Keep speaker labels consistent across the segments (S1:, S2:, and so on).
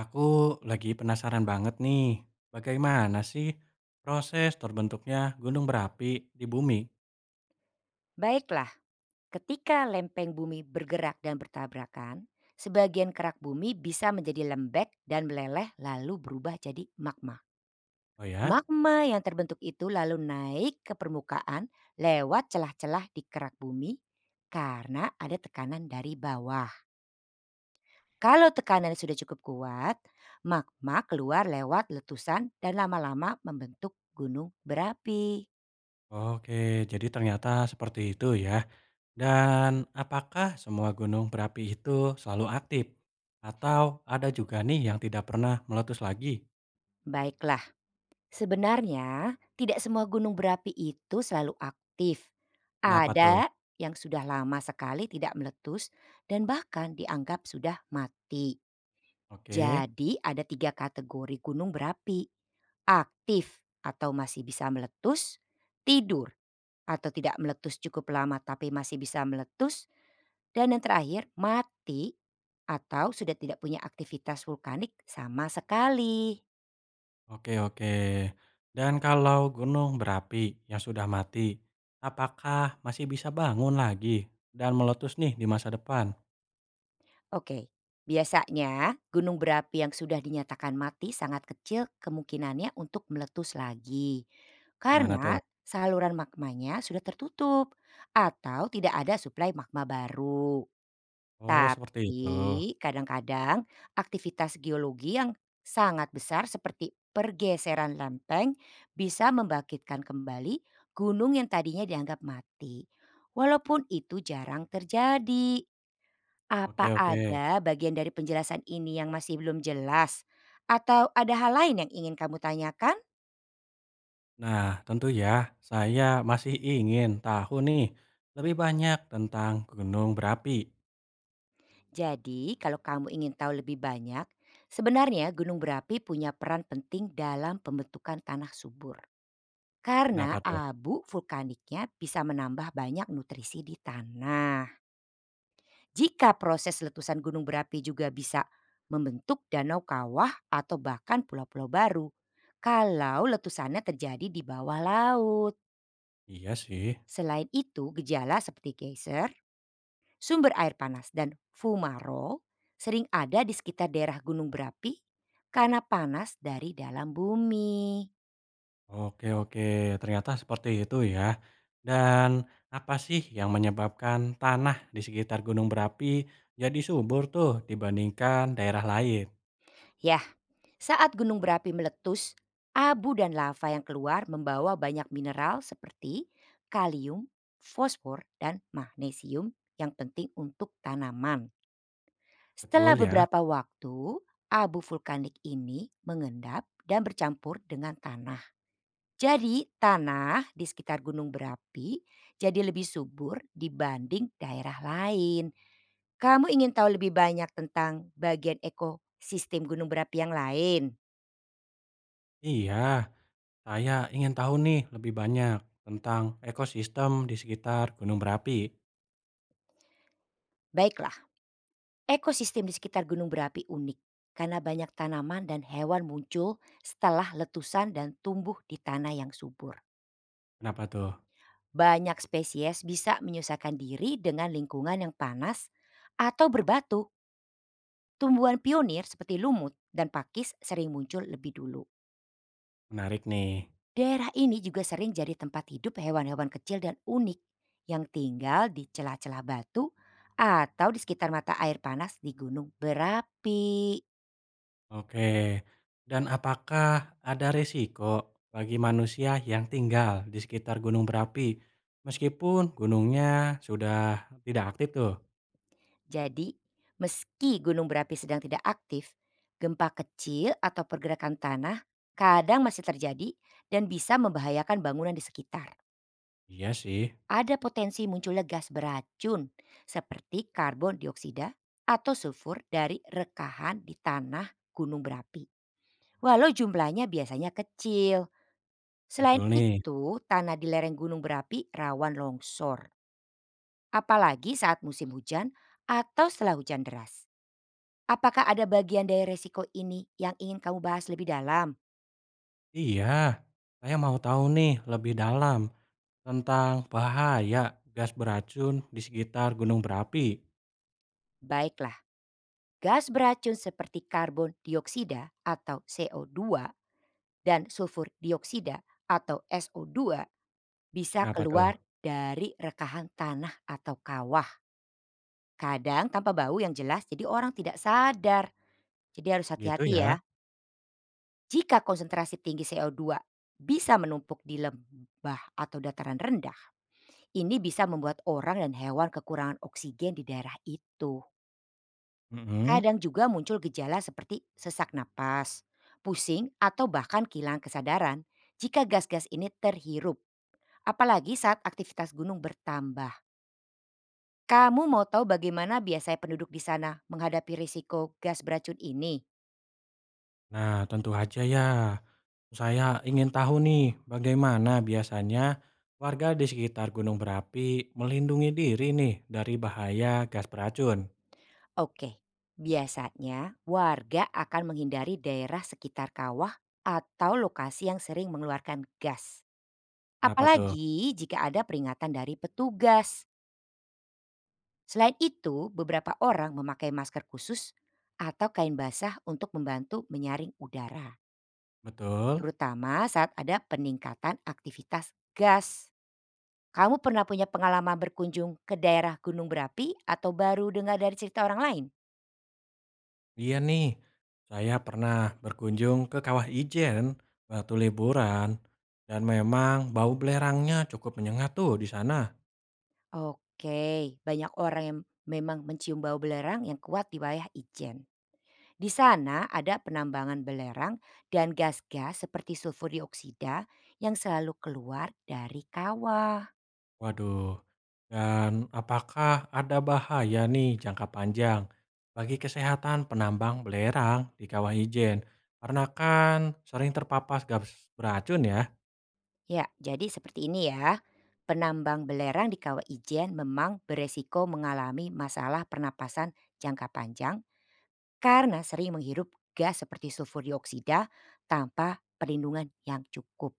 S1: Aku lagi penasaran banget nih, bagaimana sih proses terbentuknya gunung berapi di bumi?
S2: Baiklah, ketika lempeng bumi bergerak dan bertabrakan, sebagian kerak bumi bisa menjadi lembek dan meleleh lalu berubah jadi magma.
S1: Oh ya?
S2: Magma yang terbentuk itu lalu naik ke permukaan lewat celah-celah di kerak bumi karena ada tekanan dari bawah. Kalau tekanan sudah cukup kuat, magma keluar lewat letusan dan lama-lama membentuk gunung berapi.
S1: Oke, jadi ternyata seperti itu ya. Dan apakah semua gunung berapi itu selalu aktif? Atau ada juga nih yang tidak pernah meletus lagi?
S2: Baiklah, sebenarnya, tidak semua gunung berapi itu selalu aktif.
S1: Kenapa tuh?
S2: Ada yang sudah lama sekali tidak meletus dan bahkan dianggap sudah mati.
S1: Oke,
S2: Jadi ada tiga kategori gunung berapi. Aktif atau masih bisa meletus, tidur atau tidak meletus cukup lama tapi masih bisa meletus, dan yang terakhir mati atau sudah tidak punya aktivitas vulkanik sama sekali.
S1: oke, oke. Dan kalau gunung berapi yang sudah mati, apakah masih bisa bangun lagi dan meletus nih di masa depan?
S2: Oke. Biasanya, gunung berapi yang sudah dinyatakan mati sangat kecil kemungkinannya untuk meletus lagi.
S1: Gimana tuh?
S2: Karena saluran magmanya sudah tertutup atau tidak ada suplai magma baru.
S1: Oh, seperti itu.
S2: Tapi kadang-kadang aktivitas geologi yang sangat besar seperti pergeseran lempeng bisa membangkitkan kembali gunung yang tadinya dianggap mati. Walaupun itu jarang terjadi.
S1: Oke
S2: Apa
S1: oke.
S2: ada bagian dari penjelasan ini yang masih belum jelas? Atau ada hal lain yang ingin kamu tanyakan?
S1: Nah, tentu ya, saya masih ingin tahu nih lebih banyak tentang gunung berapi.
S2: Jadi, kalau kamu ingin tahu lebih banyak, sebenarnya gunung berapi punya peran penting dalam pembentukan tanah subur.
S1: Kenapa
S2: Karena
S1: tuh?
S2: abu vulkaniknya bisa menambah banyak nutrisi di tanah. Jika proses letusan gunung berapi juga bisa membentuk danau kawah atau bahkan pulau-pulau baru. Kalau letusannya terjadi di bawah laut.
S1: Iya sih.
S2: Selain itu, gejala seperti geyser, sumber air panas, dan fumaro sering ada di sekitar daerah gunung berapi karena panas dari dalam bumi.
S1: Oke oke, ternyata seperti itu ya. Dan apa sih yang menyebabkan tanah di sekitar gunung berapi jadi subur tuh dibandingkan daerah lain?
S2: Yah, saat gunung berapi meletus, abu dan lava yang keluar membawa banyak mineral seperti kalium, fosfor, dan magnesium yang penting untuk tanaman. Setelah
S1: Betul ya?
S2: beberapa waktu, abu vulkanik ini mengendap dan bercampur dengan tanah. Jadi tanah di sekitar gunung berapi jadi lebih subur dibanding daerah lain. Kamu ingin tahu lebih banyak tentang bagian ekosistem gunung berapi yang lain?
S1: Iya, saya ingin tahu nih lebih banyak tentang ekosistem di sekitar gunung berapi.
S2: Baiklah, ekosistem di sekitar gunung berapi unik karena banyak tanaman dan hewan muncul setelah letusan dan tumbuh di tanah yang subur.
S1: Kenapa tuh?
S2: Banyak spesies bisa menyusahkan diri dengan lingkungan yang panas atau berbatu. Tumbuhan pionir seperti lumut dan pakis sering muncul lebih dulu.
S1: Menarik nih.
S2: Daerah ini juga sering jadi tempat hidup hewan-hewan kecil dan unik yang tinggal di celah-celah batu atau di sekitar mata air panas di gunung berapi.
S1: Oke. Dan apakah ada resiko bagi manusia yang tinggal di sekitar gunung berapi meskipun gunungnya sudah tidak aktif tuh?
S2: Jadi, meski gunung berapi sedang tidak aktif, gempa kecil atau pergerakan tanah kadang masih terjadi dan bisa membahayakan bangunan di sekitar.
S1: Iya sih,
S2: Ada potensi munculnya gas beracun seperti karbon dioksida atau sulfur dari rekahan di tanah gunung berapi. Walau jumlahnya biasanya kecil. Selain
S1: betul nih.
S2: itu, tanah di lereng gunung berapi rawan longsor, apalagi saat musim hujan atau setelah hujan deras. Apakah ada bagian dari resiko ini yang ingin kamu bahas lebih dalam?
S1: Iya, saya mau tahu nih lebih dalam tentang bahaya gas beracun di sekitar gunung berapi.
S2: Baiklah, gas beracun seperti karbon dioksida atau CO2 dan sulfur dioksida atau SO2 bisa
S1: Kenapa tuh?
S2: keluar dari rekahan tanah atau kawah. Kadang tanpa bau yang jelas jadi orang tidak sadar. Jadi harus
S1: Gitu
S2: hati-hati ya.
S1: ya?
S2: Jika konsentrasi tinggi CO2 bisa menumpuk di lembah atau dataran rendah, ini bisa membuat orang dan hewan kekurangan oksigen di daerah itu.
S1: Mhm.
S2: Kadang juga muncul gejala seperti sesak napas, pusing, atau bahkan kehilangan kesadaran jika gas-gas ini terhirup, apalagi saat aktivitas gunung bertambah. Kamu mau tahu bagaimana biasanya penduduk di sana menghadapi risiko gas beracun ini?
S1: Nah, tentu aja ya. Saya ingin tahu nih, bagaimana biasanya warga di sekitar gunung berapi melindungi diri nih dari bahaya gas beracun.
S2: Oke, biasanya warga akan menghindari daerah sekitar kawah atau lokasi yang sering mengeluarkan gas.
S1: Kenapa tuh?
S2: Apalagi jika ada peringatan dari petugas. Selain itu, beberapa orang memakai masker khusus atau kain basah untuk membantu menyaring udara,
S1: Betul.
S2: terutama saat ada peningkatan aktivitas gas. Kamu pernah punya pengalaman berkunjung ke daerah gunung berapi atau baru dengar dari cerita orang lain?
S1: Iya nih, saya pernah berkunjung ke Kawah Ijen waktu liburan dan memang bau belerangnya cukup menyengat tuh di sana.
S2: Oke, banyak orang yang memang mencium bau belerang yang kuat di wilayah Ijen. Di sana ada penambangan belerang dan gas-gas seperti sulfur dioksida yang selalu keluar dari kawah.
S1: Waduh, dan apakah ada bahaya nih jangka panjang bagi kesehatan penambang belerang di Kawah Ijen? Karena kan sering terpapar gas beracun ya.
S2: Ya, jadi seperti ini ya. Penambang belerang di kawah Ijen memang beresiko mengalami masalah pernapasan jangka panjang karena sering menghirup gas seperti sulfur dioksida tanpa perlindungan yang cukup.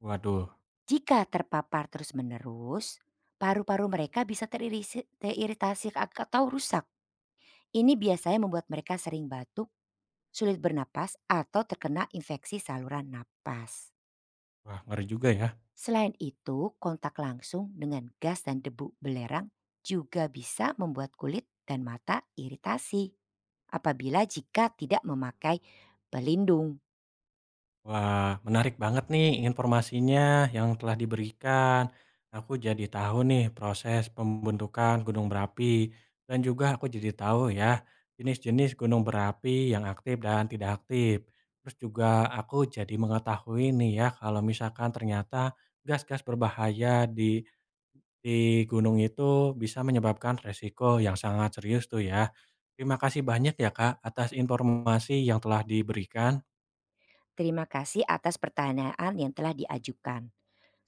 S1: Waduh,
S2: Jika terpapar terus-menerus, paru-paru mereka bisa teriritasi atau rusak. Ini biasanya membuat mereka sering batuk, sulit bernapas, atau terkena infeksi saluran napas.
S1: wah ngeri juga ya.
S2: Selain itu, kontak langsung dengan gas dan debu belerang juga bisa membuat kulit dan mata iritasi. Apabila jika tidak memakai pelindung.
S1: Wah, menarik banget nih informasinya yang telah diberikan. Aku jadi tahu nih proses pembentukan gunung berapi dan juga aku jadi tahu ya jenis-jenis gunung berapi yang aktif dan tidak aktif. Terus juga aku jadi mengetahui nih ya kalau misalkan ternyata gas-gas berbahaya di di gunung itu bisa menyebabkan resiko yang sangat serius tuh ya. Terima kasih banyak ya Kak atas informasi yang telah diberikan.
S2: Terima kasih atas pertanyaan yang telah diajukan.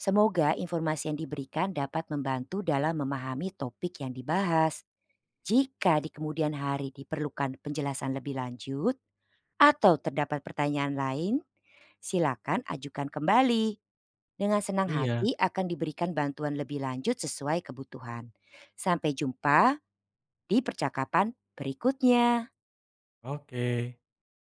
S2: Semoga informasi yang diberikan dapat membantu dalam memahami topik yang dibahas. Jika di kemudian hari diperlukan penjelasan lebih lanjut atau terdapat pertanyaan lain, silakan ajukan kembali. Dengan senang
S1: Iya,
S2: hati akan diberikan bantuan lebih lanjut sesuai kebutuhan. Sampai jumpa di percakapan berikutnya.
S1: oke.